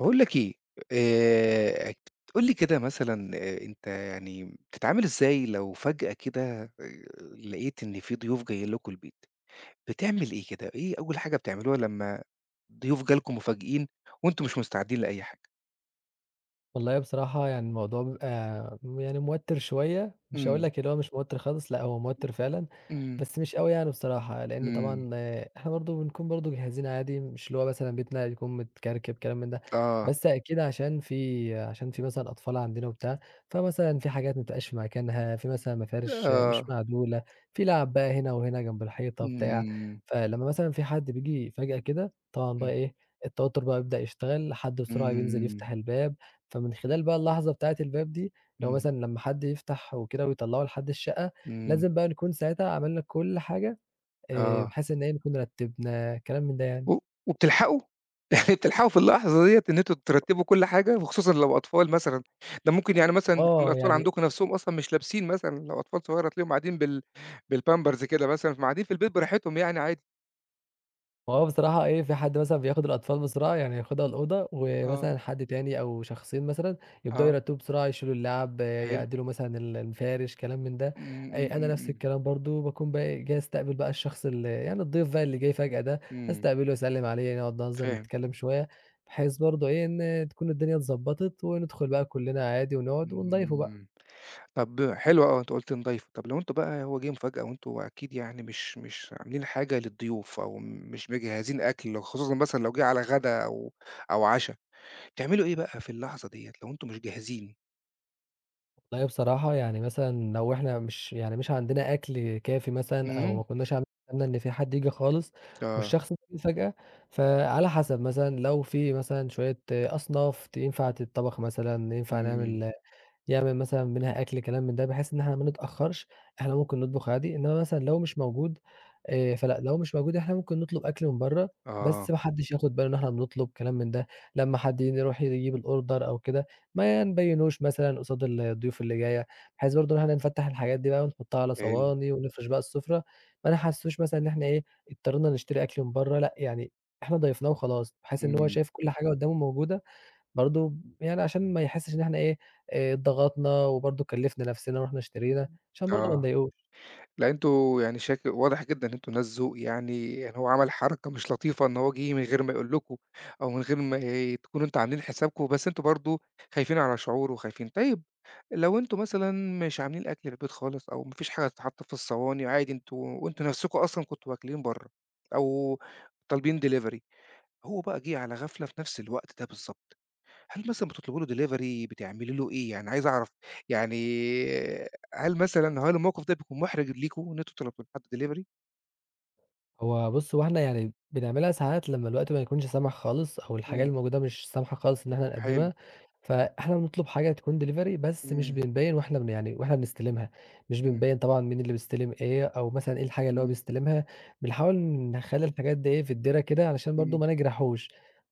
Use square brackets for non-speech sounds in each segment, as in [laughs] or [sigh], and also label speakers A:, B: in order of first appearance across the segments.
A: باقول لك إيه، آآ قُل لي كده مثلًا أنت يعني بتتعامل إزاي لو فجأة كده لقيت إن في ضيوف جايين لكم البيت، بتعمل إيه كده؟ إيه أول حاجة بتعملوها لمّا ضيوف جالكم مفاجئين وأنتم مش مستعدين لأي حاجة؟
B: والله بصراحة يعني الموضوع بيبقى يعني موتِّر شوية، مش هاقول
A: إمم،
B: لك اللي هو مش موتِّر خالص، لأ هو موتِّر فعلًا،
A: إمم،
B: بس مش أوي يعني بصراحة، لإن
A: إمم،
B: طبعًا آه، إحنا برضه بنكون برضه جاهزين عادي، مش اللي هو مثلًا بيتنا يكون متكركب كلام من ده،
A: آه،
B: بس أكيد عشان في مثلًا أطفال عندنا وبتاع، فمثلًا في حاجات ما بتبقاش في مكانها، في مثلًا مفارش آه، مش
A: آه،
B: معدولة، في لعب بقى هنا وهنا جنب الحيطة بتاع،
A: إمم،
B: فلمّا مثلًا في حد بييجي فجأة كده، طبعًا بقى
A: إمم،
B: إيه، التوتُّر بقى بيبدأ يشتغل، حد بسرعة بينزل يفتح
A: إمم،
B: الباب فمن خلال بقى اللحظة بتاعة الباب دي، اللي هو
A: إمم،
B: مثلًا لمّا حد يفتح وكده ويطلّعه لحد الشقة،
A: إمم،
B: لازم بقى نكون ساعتها عملنا كل حاجة
A: آه.
B: بحيث إن إيه، نكون رتّبنا كلام من ده يعني.
A: و وبتلحقوا؟ يعني بتلحقوا في اللحظة ديّة إن أنتم ترتّبوا كل حاجة، وخصوصًا لو أطفال مثلًا، ده ممكن يعني مثلًا يكون
B: آه،
A: الأطفال
B: يعني
A: عندكم نَفْسهم أصلًا مش لابسين مثلًا، لو أطفال صغيرة تلاقيهم قاعدين بالpampers كده مثلًا، فقاعدين في البيت براحتهم يعني عادي.
B: هو بصراحة إيه، في حد مثلًا بياخد الأطفال بسرعة، يعني ياخدها الأوضة،
A: آه،
B: ومثلًا حد تاني أو شخصين مثلًا يبدأوا
A: آه،
B: يرتّبوا بسرعة، يشيلوا اللعب،
A: حلو.
B: يعدلوا مثلًا المفارش، كلام من ده.
A: إمم، إمم،
B: أنا
A: إمم،
B: نفس
A: إمم،
B: الكلام برضه، باكون بقى إيه، جاي أستقبل بقى الشخص ال يعني الضيف بقى اللي جاي فجأة ده،
A: إمم،
B: أستقبله وأسلِّم عليه، نقعد نهزر،
A: فاهم.
B: نتكلم شوية، بحيث برضه إيه، إن تكون الدنيا اتضبّطت، وندخل بقى كلنا عادي ونقعد
A: إمم،
B: ونضايفه
A: إمم،
B: بقى.
A: إمم. طَب حلو أوي، أنت قُلت نضيّفوا، طَب لو أنتم بقى هو جِه مفاجأة وأنتم أكيد يعني مش عاملين حاجة للضيوف أو مش مجهّزين أكل، خصوصًا مثلًا لو جِه على غدا أو عشا. تعملوا إيه بقى في اللحظة ديّة لو أنتم مش جاهزين؟
B: والله بصراحة يعني مثلًا لو إحنا مش عندنا أكل كافي مثلًا أو ما
A: إمم،
B: كناش عاملين حسابنا إن في حد ييجي خالص
A: آه،
B: والشخص ده جه فجأة، فعلى حسب مثلًا لو في مثلًا شوية أصناف ينفع تتطبخ مثلًا، ينفع
A: إمم،
B: يعمل مثلًا منها أكل كلام من ده، بحيث إن إحنا ما نتأخرش، إحنا ممكن نطبخ عادي، إنما مثلًا لو مش موجود فلأ، لو مش موجود إحنا ممكن نطلب أكل من برّه،
A: آه،
B: بس ما حدش ياخد باله إن إحنا بنطلب كلام من ده، لمّا حد يروح يجيب الorder أو كده، ما نبيّنوش مثلًا قصاد الضيوف اللي جاية، بحيث برضه إن إحنا نفتّح الحاجات دي بقى ونحطها على
A: حلو،
B: صواني ونفرش بقى السفرة، ما نحسّسوش مثلًا إن إحنا إيه، اضطرينا نشتري أكل من برّه، لأ، يعني إحنا ضيفناه وخلاص، بحيث إن هو
A: إمم،
B: شايف كل حاجة قدّامه موجودة برضه يعني عشان ما يحسّش إن إحنا إيه، اتضغطنا وبرضه كلّفنا نَفْسنا ورُحنا اشترينا، عشان برضه ما
A: آه،
B: نضايقوش.
A: لأ أنتم يعني شاك واضح جدًا إن أنتم ناس ذوق يعني، يعني هو عمل حركة مش لطيفة إن هو جِه من غير ما يقول لكم، أو من غير ما تكونوا أنتم عاملين حسابكم، بس أنتم برضه خايفين على شعوره وخايفين. طيب لو أنتم مثلًا مش عاملين أكل في البيت خالص، أو ما فيش حاجة تتحط في الصواني عادي أنتم وأنتم نفسكم أصلًا كنتم واكلين برّه، أو طالبين delivery هو بقى جِه على غفلة في نفس الوقت ده بالضبط. هل مثلًا بتطلبي له delivery بتعملي له إيه؟ يعني عايز أعرف يعني هل مثلًا هل الموقف ده بيكون محرج ليكم إن أنتم طلبتوا لحد delivery؟
B: هو بُص، هو إحنا يعني بنعملها ساعات لمّا الوقت ما يكونش سامح خالص أو الحاجة
A: إمم،
B: اللي موجودة مش سامحة خالص إن إحنا
A: حلو،
B: نقدّمها، فإحنا بنطلب حاجة تكون delivery بس مش
A: إمم،
B: بنبيّن وإحنا بن يعني وإحنا بنستلمها، مش
A: إمم،
B: بنبيّن طبعًا مين اللي بيستلم إيه أو مثلًا إيه الحاجة اللي هو
A: إمم،
B: بيستلمها، بنحاول نخلّي الحاجات دي إيه في الدِرة كده علشان برضه
A: إمم،
B: ما نجرحوش،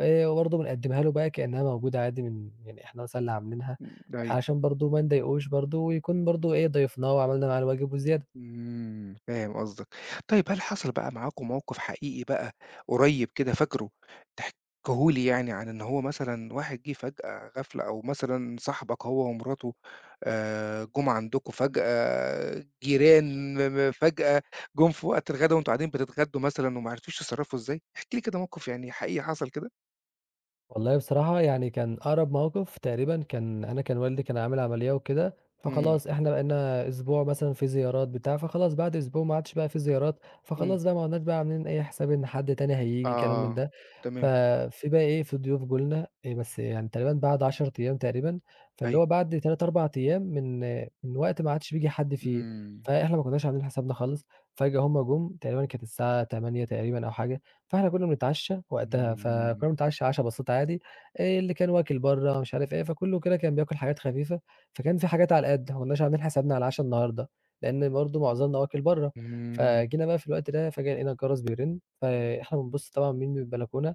B: وبرضه بنقدّمها له بقى كإنها موجودة عادي من يعني إحنا مثلًا اللي عاملينها،
A: إمم، أيوه.
B: علشان برضه ما نضايقوش برضه ويكون برضه إيه ضيفناه وعملنا معاه الواجب وزيادة.
A: إمم، فاهم قصدك. طيب هل حصل بقى معاكم موقف حقيقي بقى قريب كده فاكره، تحكيه لي يعني عن إن هو مثلًا واحد جِه فجأة غفلة أو مثلًا صاحبك هو ومراته جُم عندكم فجأة، جيران فجأة جُم في وقت الغدا وأنتم قاعدين بتتغدوا مثلًا وما عرفتوش تتصرّفوا إزاي؟ احكِ لي كده موقف يعني حقيقي حصل كده.
B: والله بصراحة يعني كان أقرب موقف تقريبًا كان أنا كان والدي كان عامل عملية وكده،
A: إمم،
B: فخلاص إحنا بقينا أسبوع مثلًا في زيارات بتاع، فخلاص بعد أسبوع ما عادش بقى في زيارات،
A: إمم،
B: فخلاص بقى ما عدناش بقى عاملين أي حساب إن حد تاني هييجي كلام من
A: آه،
B: ده،
A: تمام،
B: ففي بقى إيه، في ضيوف جُه لنا بس يعني تقريبًا بعد 10 أيام تقريبًا، فاللي
A: أيوه،
B: هو بعد 3، 4 أيام من وقت ما عادش بييجي حد فيه،
A: إمم،
B: فإحنا ما كناش عاملين حسابنا خالص، فجأة هُم جُم تقريبًا كانت الساعة 20:00 تقريبًا أو حاجة. فإحنا كنا بنتعشّى وقتها، فكنا
A: إمم،
B: بنتعشّى عَشا بسيط عادي، اللي كان واكل برّه مش عارف إيه، فكُلّه كده كان بياكل حاجات خفيفة، فكان في حاجات على القد، ما كناش عاملين حسابنا على العَشا النهارده، لإن برضه معظمنا واكل برّه،
A: إمم،
B: فجينا بقى في الوقت ده فجأة لقينا الجَرَس بيرن، فإحنا بنبُص طبعًا مين من البلكونة،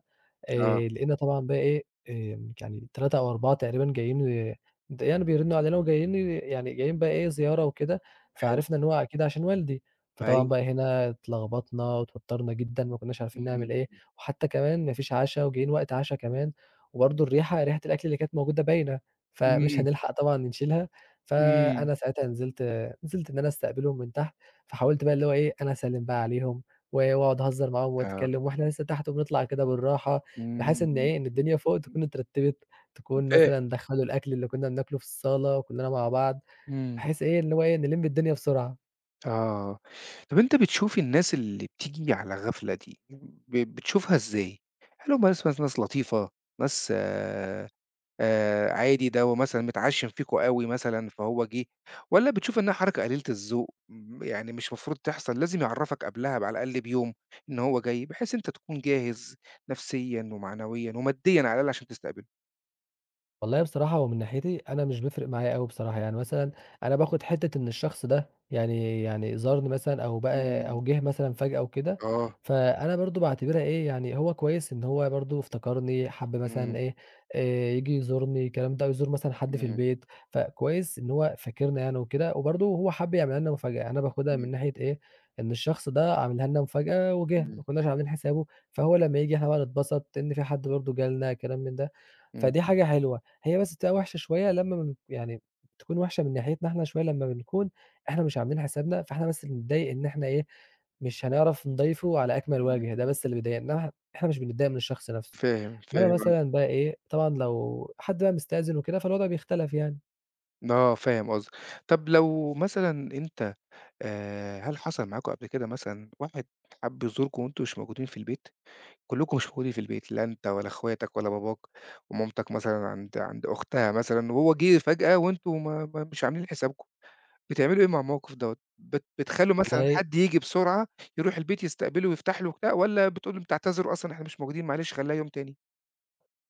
A: آه،
B: لقينا طبعًا بقى إيه، يعني 3 أو 4 تقريبًا جايين يعني بيرنّوا علينا وجايين جايين بقى إيه زيارة وكده،
A: حلو،
B: فعرفنا إن هو أكيد عشان والدي. فطبعًا
A: أيوه،
B: بقى هنا اتلخبطنا واتوتّرنا جدًا، ما كناش عارفين
A: إمم.
B: نعمل إيه، وحتى كمان ما فيش عَشا وجايين وقت عَشا كمان، وبرضه الريحة ريحة الأكل اللي كانت موجودة باينة، فمش
A: إمم،
B: هنلحق طبعًا نشيلها،
A: إمم.
B: فأنا ساعتها نزلت إن أنا أستقبلهم من تحت، فحاولت بقى اللي هو إيه، أنا أسلِّم بقى عليهم واقعد أهزّر معاهم
A: آه.
B: وأتكلّم وإحنا لسه تحت وبنطلع كده بالراحة، بحيث إن
A: إمم،
B: إيه، إن الدنيا فوق تكون اترتّبت، تكون
A: فاهم.
B: مثلًا دخّلوا الأكل اللي كُنّا بناكله في الصالة كُلّنا مع بعض،
A: إمم،
B: بحيث إيه، اللي هو إيه، نلِم الدنيا بسرعة.
A: آه. طَب أنت بتشوف الناس اللي بتيجي على غفلة دي، بتشوفها إزاي؟ هل هم ناس مثلًا ناس لطيفة، ناس عادي ده هو مثلًا متعشم فيكم أوي مثلًا فهو جه، والّا بتشوف إنها حركة قليلة الذوق، يعني مش مفروض تحصل، لازم يعرّفك قبلها على الأقل بيوم إن هو جاي، بحيث أنت تكون جاهز نفسيًا ومعنويًا وماديًا على الأقل عشان تستقبله؟
B: والله بصراحة هو من ناحيتي أنا مش بيفرق معايا أوي بصراحة، يعني مثلًا أنا باخد حتّة إن الشخص ده يعني زارني مثلًا أو بقى
A: إمم.
B: أو جِه مثلًا فجأة وكده،
A: آه،
B: فأنا برضه باعتبرها إيه، يعني هو كويس إن هو برضه افتكرني، حَب مثلًا
A: إمم،
B: إيه، آآ ييجي يزورني الكلام ده أو يزور مثلًا حد في
A: إمم.
B: البيت، فكويس إن هو فاكرني يعني وكده، وبرضه هو حَب يعمل لنا مفاجأة، أنا باخدها
A: إمم،
B: من ناحية إيه، إن الشخص ده عاملها لنا مفاجأة وجِه ما
A: إمم،
B: كناش عاملين حسابه، فهو لمّا ييجي إحنا بقى نتبسط إن في حد برضه جه لنا، كلام من ده، فدي حاجة حلوة. هي بس بتبقى وِحشة شوية لمّا بن يعني بتكون وِحشة من ناحيتنا إحنا شوية لمّا بنكون إحنا مش عاملين حسابنا، فإحنا بس اللي بنتضايق إن إحنا إيه، مش هنعرف نضايفه على أكمل
A: إمم،
B: وجه، ده بس اللي بيضايقنا، إنّما إحنا مش بنتضايق من الشخص نَفْسه،
A: فاهم،
B: إنّما
A: فاهم قصدك
B: مثلًا بقى إيه، طبعًا لو حد بقى مستأذن وكده فالوضع بيختلف يعني.
A: آه، فاهم قصدك. طب لو مثلًا أنت هل حصل معاكم قبل كده مثلًا واحد حَب يزوركم وأنتم مش موجودين في البيت، كلّكم مش موجودين في البيت، لا أنت ولا أخواتك ولا باباك ومامتك مثلًا عند أختها مثلًا وهو جِه فجأة وأنتم ما ما مش عاملين حسابكم، بتعملوا إيه مع الموقف دوّة؟ بتخلّوا مثلًا
B: والله
A: حد ييجي بسرعة يروح البيت يستقبله ويفتح له وبتاع والّا بتقول لهم تعتذروا أصلًا إحنا مش موجودين معلش خلّيها يوم تاني؟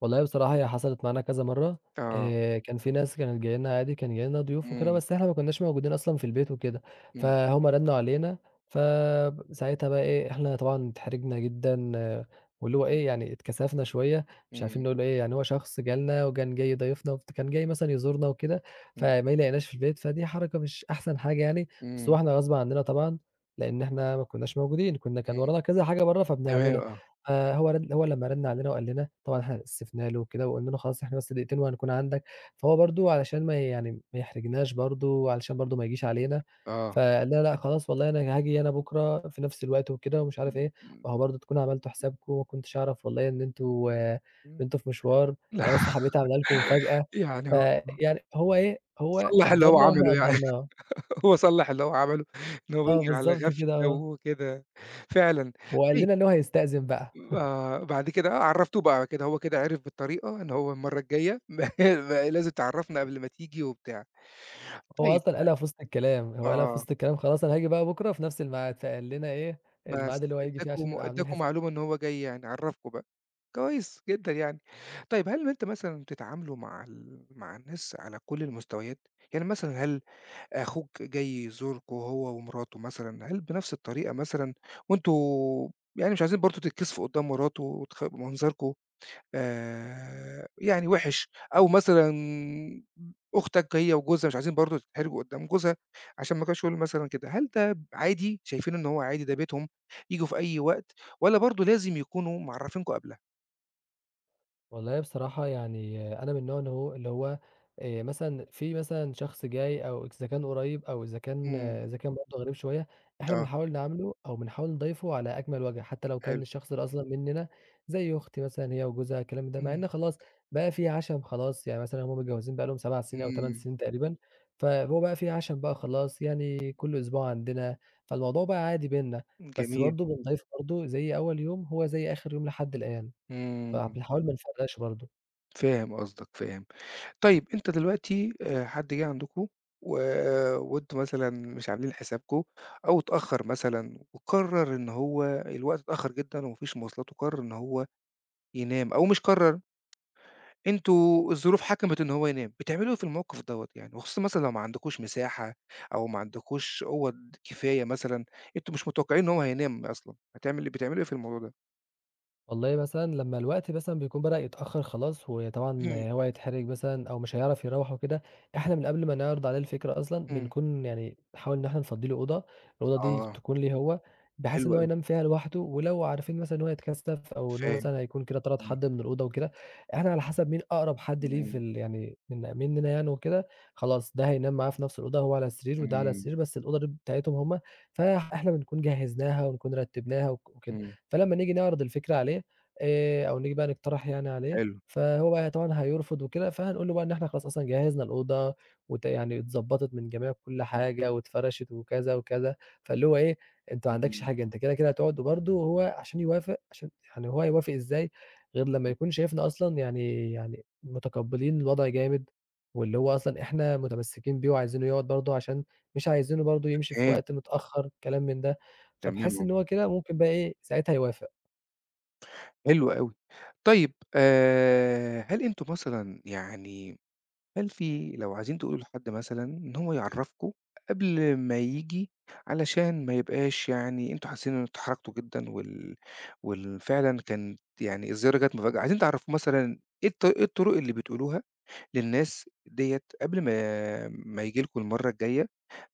B: والله بصراحة هي حصلت معانا كذا مرّة،
A: آه،
B: كان في ناس كانت جاية لنا عادي، كان جاي لنا ضيوف وكده،
A: إمم،
B: بس إحنا ما كناش موجودين أصلًا في البيت وكده،
A: إمم،
B: فهُم رنّوا علينا، فساعتها بقى إيه، إحنا طبعًا اتحرجنا جدًا آه، واللي هو
A: إمم،
B: إيه، يعني اتكسفنا شوية، مش عارفين
A: إمم.
B: نقول له إيه، يعني هو شخص جالنا وكان جاي ضيفنا كان جاي مثلًا يزورنا وكده،
A: إمم،
B: فما يلاقيناش في البيت، فدي حركة مش أحسن حاجة يعني، بس هو
A: إمم،
B: إحنا غصب عننا طبعًا، لإن إحنا ما كناش موجودين، كان
A: إمم،
B: ورانا كذا حاجة برّه
A: تمام
B: فبنعملها.
A: آه،
B: فهو رد هو لمّا رَنّ علينا وقال لنا، طبعًا إحنا استفدنا له وكده وقُلنا له خلاص إحنا بس دقيقتين وهنكون عندك، فهو برضه علشان ما يحرجناش برضه وعلشان برضه ما يجيش علينا،
A: آه.
B: فقال لنا: "لأ خلاص والله أنا هاجي أنا بُكرة في نفس الوقت وكده." ومش عارف
A: إمم،
B: إيه،
A: إمم،
B: ما هو برضه تكونوا عملتوا حسابكم وما كنتش أعرف والله إن
A: إمم،
B: أنتم في مشوار،
A: [laughs] لأ
B: أنا بس حبيت أعملها لكم مفاجأة،
A: يعني هو
B: فيعني هو إيه، هو
A: صلّح اللي هو
B: قدّرنا وإحنا
A: عمله يعني،
B: قدّرناه.
A: [laughs] هو صلّح اللي هو عمله إن هو
B: آه
A: ييجي على
B: بالضبط كده
A: غفلة
B: آه،
A: وكده، فعلًا.
B: وقال
A: طيب
B: لنا إن هو هيستأذن بقى.
A: بعد كده آه، عرّفتوه بقى كده، هو كده عرف بالطريقة إن هو المرّة الجاية [laughs] ما لازم تعرّفنا قبل ما تيجي وبتاع. طيب
B: هو قالها في
A: آه.
B: وسط الكلام خلاص أنا هاجي بقى بكرة في نفس الميعاد، فقال لنا إيه
A: بس
B: الميعاد اللي هو هييجي فيه عشان
A: ادّاكم
B: نبقى عاملين
A: ادّاكم
B: حسابنا.
A: معلومة إن هو جاي يعني، عرّفكم بقى. كويس جدًا يعني. طيب هل أنت مثلًا بتتعاملوا مع مع الناس على كل المستويات؟ يعني مثلًا هل أخوك جاي يزوركم هو ومراته مثلًا، هل بنفس الطريقة مثلًا وأنتم يعني مش عايزين برضه تتكسفوا قدّام مراته منظركم يعني وِحِش، أو مثلًا أختك هي وجوزها مش عايزين برضه تتحرج قدّام جوزها، عشان ما كانوش يقولوا مثلًا كده، هل ده عادي، شايفين إن هو عادي ده بيتهم، ييجوا في أي وقت، والّا برضه لازم يكونوا معرّفينكم قبلها؟
B: والله بصراحة يعني أنا من النوع اللي هو مثلًا في شخص جاي أو إذا كان قريب أو إذا كان
A: إمم،
B: آه، إذا كان برضه غريب شوية، إحنا
A: آه،
B: بنحاول نعامله أو بنحاول نضايفه على أجمل وجه، حتى لو كان
A: حلو،
B: الشخص ده أصلًا مننا زي أختي مثلًا هي وجوزها الكلام ده، مع
A: إمم،
B: إن خلاص بقى في عَشَم خلاص، يعني مثلًا هم متجوزين بقى لهم 7 سنين أو 8
A: إمم،
B: سنين تقريبًا، فهو بقى في عَشَم بقى خلاص، يعني كل أسبوع عندنا، فالموضوع بقى عادي بيننا، بس
A: جميل،
B: برضه بنضايفه برضه زي أول يوم هو زي آخر يوم لحد الآن.
A: إمم،
B: فبنحاول ما نفرّقش برضه،
A: فاهم قصدك، فاهم. طيب أنت دلوقتي حد جِه عندكم آه، وأنتم مثلًا مش عاملين حسابكم أو اتأخّر مثلًا وقرّر إن هو الوقت اتأخّر جدًا وما فيش مواصلات وقرّر إن هو ينام أو مش قرّر، أنتم الظروف حكمت إن هو ينام، بتعملوا إيه في الموقف دوّة يعني؟ وخصوصًا مثلًا لو ما عندكوش مساحة أو ما عندكوش أوَّض كفاية مثلًا، أنتم مش متوقعين إن هو هينام أصلًا، هتعمل إيه؟ بتعملوا إيه في الموضوع ده؟
B: والله مثلًا لمّا الوقت مثلًا بيكون بدأ يتأخّر خلاص، وطبعًا
A: إمم،
B: هو هيتحرج مثلًا أو مش هيعرف يروّح وكده،
A: إمم،
B: إحنا من قبل ما نعرض عليه الفكرة أصلًا
A: إمم.
B: بنكون يعني نحاول إن إحنا نفضّي له أوضة، الأوضة دي
A: آه،
B: تكون ليه هو، بحيث
A: حلو
B: إن هو
A: أوي،
B: ينام فيها لوحده، ولو عارفين مثلًا إن هو هيتكسف أو إن هو
A: فاهم،
B: مثلًا هيكون كده طرد
A: إمم،
B: حد من الأوضة وكده، إحنا على حسب مين أقرب حد ليه في
A: إمم،
B: ال يعني من مننا يعني وكده، خلاص ده هينام معاه في نفس الأوضة هو على السرير وده على
A: إمم،
B: السرير، بس الأوضة دي بتاعتهم هم، فإحنا بنكون جهّزناها ونكون رتّبناها وكده.
A: إمم،
B: فلمّا نيجي نعرض الفكرة عليه أو نيجي بقى نقترح يعني عليه،
A: حلو.
B: فهو بقى طبعًا هيرفض وكده، فهنقول له بقى إن إحنا خلاص أصلًا جهّزنا الأوضة وت يعني اتضبّطت من جميع كل حاجة واتفرشت وكذا، وكذا، فاللي هو إيه، أنت ما عندكش
A: إمم،
B: حاجة، أنت كده، كده هتقعد وبرضه هو عشان يوافق عشان يعني هو هيوافق إزاي غير لمّا
A: إمم،
B: يكون شايفنا أصلًا يعني متقبّلين الوضع جامد، واللي هو أصلًا إحنا متمسّكين بيه وعايزينه يقعد برضه عشان مش عايزينه برضه يمشي في
A: تمام،
B: وقت متأخّر، كلام من ده.
A: تمام
B: فباحس
A: آه،
B: إن هو كده ممكن بقى إيه، ساعتها يوافق.
A: حلو أوي. طيب هل أنتم مثلًا يعني هل في لو عايزين تقولوا لحد مثلًا إن هو يعرّفكم قبل ما ييجي علشان ما يبقاش يعني أنتم حاسين إن أنتم حرجتوا جدًا وال وال فعلًا كانت يعني الزيارة جات مفاجأة، عايزين تعرّفوه مثلًا إيه الطرق اللي بتقولوها للناس ديّة قبل ما ييجي لكم المرّة الجاية،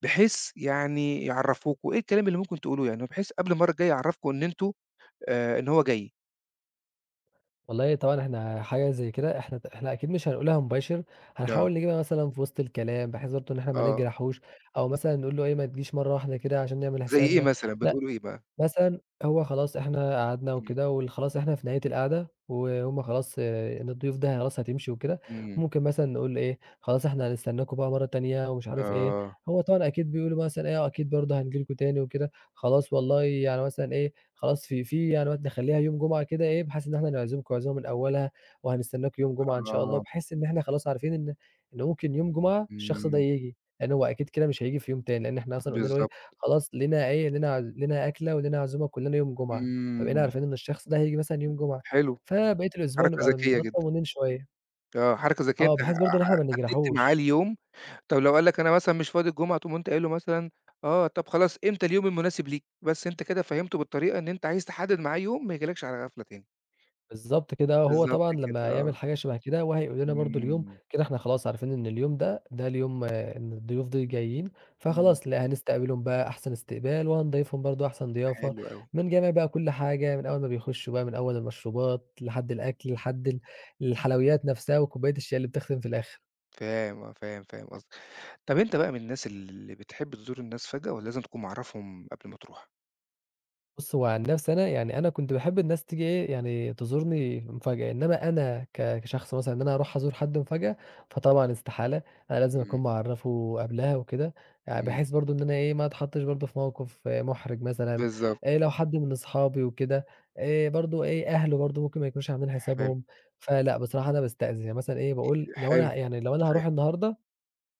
A: بحيث يعني يعرّفوكم، إيه الكلام اللي ممكن تقولوه يعني بحيث قبل المرّة الجاية يعرّفكم إن أنتم إن هو جاي.
B: والله طبعًا إحنا حاجة زي كده إحنا أكيد مش هنقولها مباشر،
A: آه،
B: هنحاول نجيبها مثلًا في وسط الكلام، بحيث برضه إن إحنا ما
A: آه.
B: نجرحوش، أو مثلًا نقول له إيه، ما تجيش مرّة واحدة كده عشان نعمل
A: زي إيه
B: حسابنا،
A: مثلًا،
B: لأ
A: بتقولوا إيه بقى؟
B: مثلًا هو خلاص إحنا قعدنا
A: إمم،
B: وكده وخلاص إحنا في نهاية القعدة، وهُم خلاص آه، إن الضيوف ده خلاص هتمشي وكده،
A: إمم،
B: ممكن مثلًا نقول إيه، خلاص إحنا هنستناكم بقى مرة تانية ومش عارف إيه،
A: آه،
B: هو طبعًا أكيد بيقولوا مثلًا إيه، آه، أكيد برضه هنيجي لكم تاني وكده، خلاص والله يعني مثلًا إيه، خلاص في في يعني مثلًا نخلّيها يوم جمعة كده إيه، بحيث إن إحنا نعزمكم عزومة من أولها، وهنستناكم يوم جمعة إن شاء الله،
A: آه،
B: بحيث إن إحنا خلاص عارفين إن ممكن يوم جمعة الشخص ده
A: إمم،
B: ييجي، لأن هو أكيد كده مش هييجي في يوم تاني، لأن إحنا أصلًا قلنا له إيه،
A: بالضبط،
B: خلاص لينا إيه، لينا أكلة ولينا عزومة كلنا يوم جمعة، فبقينا
A: إمم.
B: عارفين إن الشخص ده هييجي مثلًا يوم جمعة،
A: حلو،
B: فبقية الأسبوع
A: حركة
B: نبقى
A: ذكية جدًا.
B: متطمنين شوية،
A: آه، حركة ذكية
B: آه،
A: أنت ح
B: بحيث برضه إن إحنا
A: ح
B: ما
A: حددت معاه
B: نجرحوش،
A: اليوم، طب لو قال لك أنا مثلًا مش فاضي الجمعة، تقوم أنت قايل له مثلًا آه، طب خلاص إمتى اليوم المناسب ليك؟ بس أنت كده فهّمته بالطريقة إن أنت عايز تحدد معاه يوم ما يجيلكش على غفلة تاني.
B: بالضبط كده آه، هو
A: بالضبط
B: طبعًا
A: كده،
B: لمّا يعمل
A: آه،
B: حاجة شبه كده وهيقول لنا برضه اليوم،
A: إمم،
B: كده إحنا خلاص عارفين إن اليوم ده، ده اليوم آه، إن الضيوف دي جايين،
A: إمم،
B: فخلاص لأ هنستقبلهم بقى أحسن استقبال، وهنضيفهم برضه أحسن ضيافة،
A: حلو أوي.
B: من جميع بقى كل حاجة، من أول ما بيخشوا بقى من أول المشروبات لحد الأكل، لحد الحلويات نفسها وكوباية الشاي اللي بتختم في الآخر.
A: فاهم، آه، فاهم، فاهم قصدك. طب أنت بقى من الناس اللي بتحب تزور الناس فجأة والّا لازم تكون معرّفهم قبل ما تروح؟
B: بُص، هو عن نفسي أنا، يعني أنا كنت باحب الناس تيجي إيه، يعني تزورني مفاجأة، إنّما أنا كشخص مثلًا إن أنا أروح أزور حد مفاجأة، فطبعًا استحالة، أنا لازم
A: إمم،
B: أكون معرّفه قبلها وكده،
A: إمم،
B: بحيث برضه إن أنا إيه، ما أتحطّش برضه في موقف محرج مثلًا،
A: بالضبط،
B: لو حد من أصحابي وكده، برضه إيه، أهله برضه ممكن ما يكونوش عاملين
A: حلو،
B: حسابهم، فلأ بصراحة أنا باستأذن، يعني مثلًا إيه، باقول
A: حلو،
B: لو أنا هاروح
A: فاهم،
B: النهارده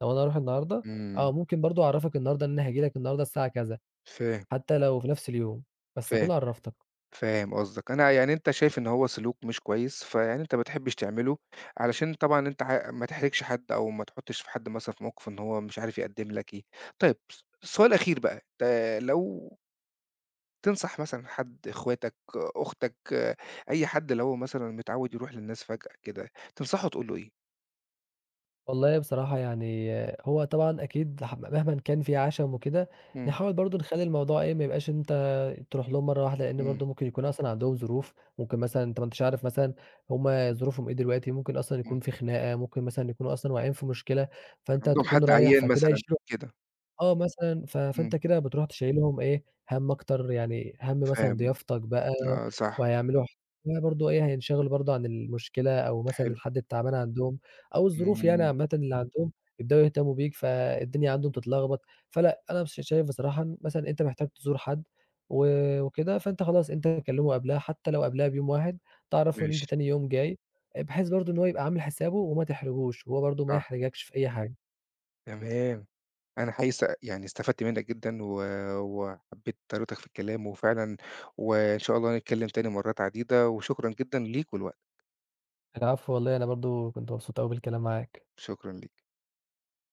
B: لو أنا هاروح النهارده،
A: إمم،
B: آه ممكن برضه أعرّفك النهارده إن أنا هاجي لك النهارده الساعة كذا.
A: فاهم،
B: حتى لو في نفس اليوم، بس
A: فاهم،
B: أكون عرّفتك.
A: فاهم قصدك، أنا يعني أنت شايف إن هو سلوك مش كويس، فيعني أنت ما بتحبش تعمله، علشان طبعًا أنت ما تحرجش حد أو ما تحطش في حد مثلًا في موقف إن هو مش عارف يقدّم لك إيه. طيب السؤال الأخير بقى، لو تنصح مثلًا حد إخواتك، أختك، أي حد لو هو مثلًا متعود يروح للناس فجأة كده، تنصحه تقول له إيه؟
B: والله بصراحة يعني هو طبعًا أكيد مهمًا كان في عَشَم وكده،
A: إمم.
B: نحاول برضه نخلّي الموضوع إيه، ما يبقاش أنت تروح لهم مرّة واحدة، لإن
A: إمم،
B: برضه ممكن يكون أصلًا عندهم ظروف، ممكن مثلًا أنت ما أنتش عارف مثلًا هم ظروفهم إيه دلوقتي، ممكن أصلًا
A: إمم،
B: يكون في خناقة، ممكن مثلًا يكونوا أصلًا واقعين في مشكلة، فأنت
A: عندهم
B: تكون
A: حد
B: رايح
A: عيان
B: فكده
A: مثلًا
B: هيشيلوا
A: كده،
B: آه مثلًا، فأنت
A: إمم،
B: كده بتروح تشيّلهم إيه، هَم أكتر يعني هَم مثلًا
A: فاهم،
B: ضيافتك بقى
A: آه صح،
B: وهيعملوا ح [unintelligible] برضه إيه، هينشغلوا برضه عن المشكلة أو مثلًا
A: حلو،
B: الحد التعبان عندهم أو الظروف يعني
A: إمم،
B: عامةً اللي عندهم، يبدأوا يهتموا بيك، فالدنيا عندهم تتلخبط. فلأ، أنا بص شايف بصراحة إن مثلًا أنت محتاج تزور حد و وكده، فأنت خلاص أنت كلّمه قبلها، حتى لو قبلها بيوم واحد، تعرّفه إن أنت
A: ماشي،
B: تاني يوم جاي، بحيث برضه إن هو يبقى عامل حسابه وما تحرجوش، وهو برضه ما
A: صح،
B: يحرجكش في أي حاجة.
A: تمام، أنا حقيقي يعني استفدت منك جدًا و وحبيت طريقتك في الكلام وفعلًا وإن شاء الله نتكلم تاني مرات عديدة، وشكرًا جدًا ليك ولوقتك،
B: العفو والله أنا برضه كنت مبسوط أوي بالكلام معاك.
A: شكرًا ليك.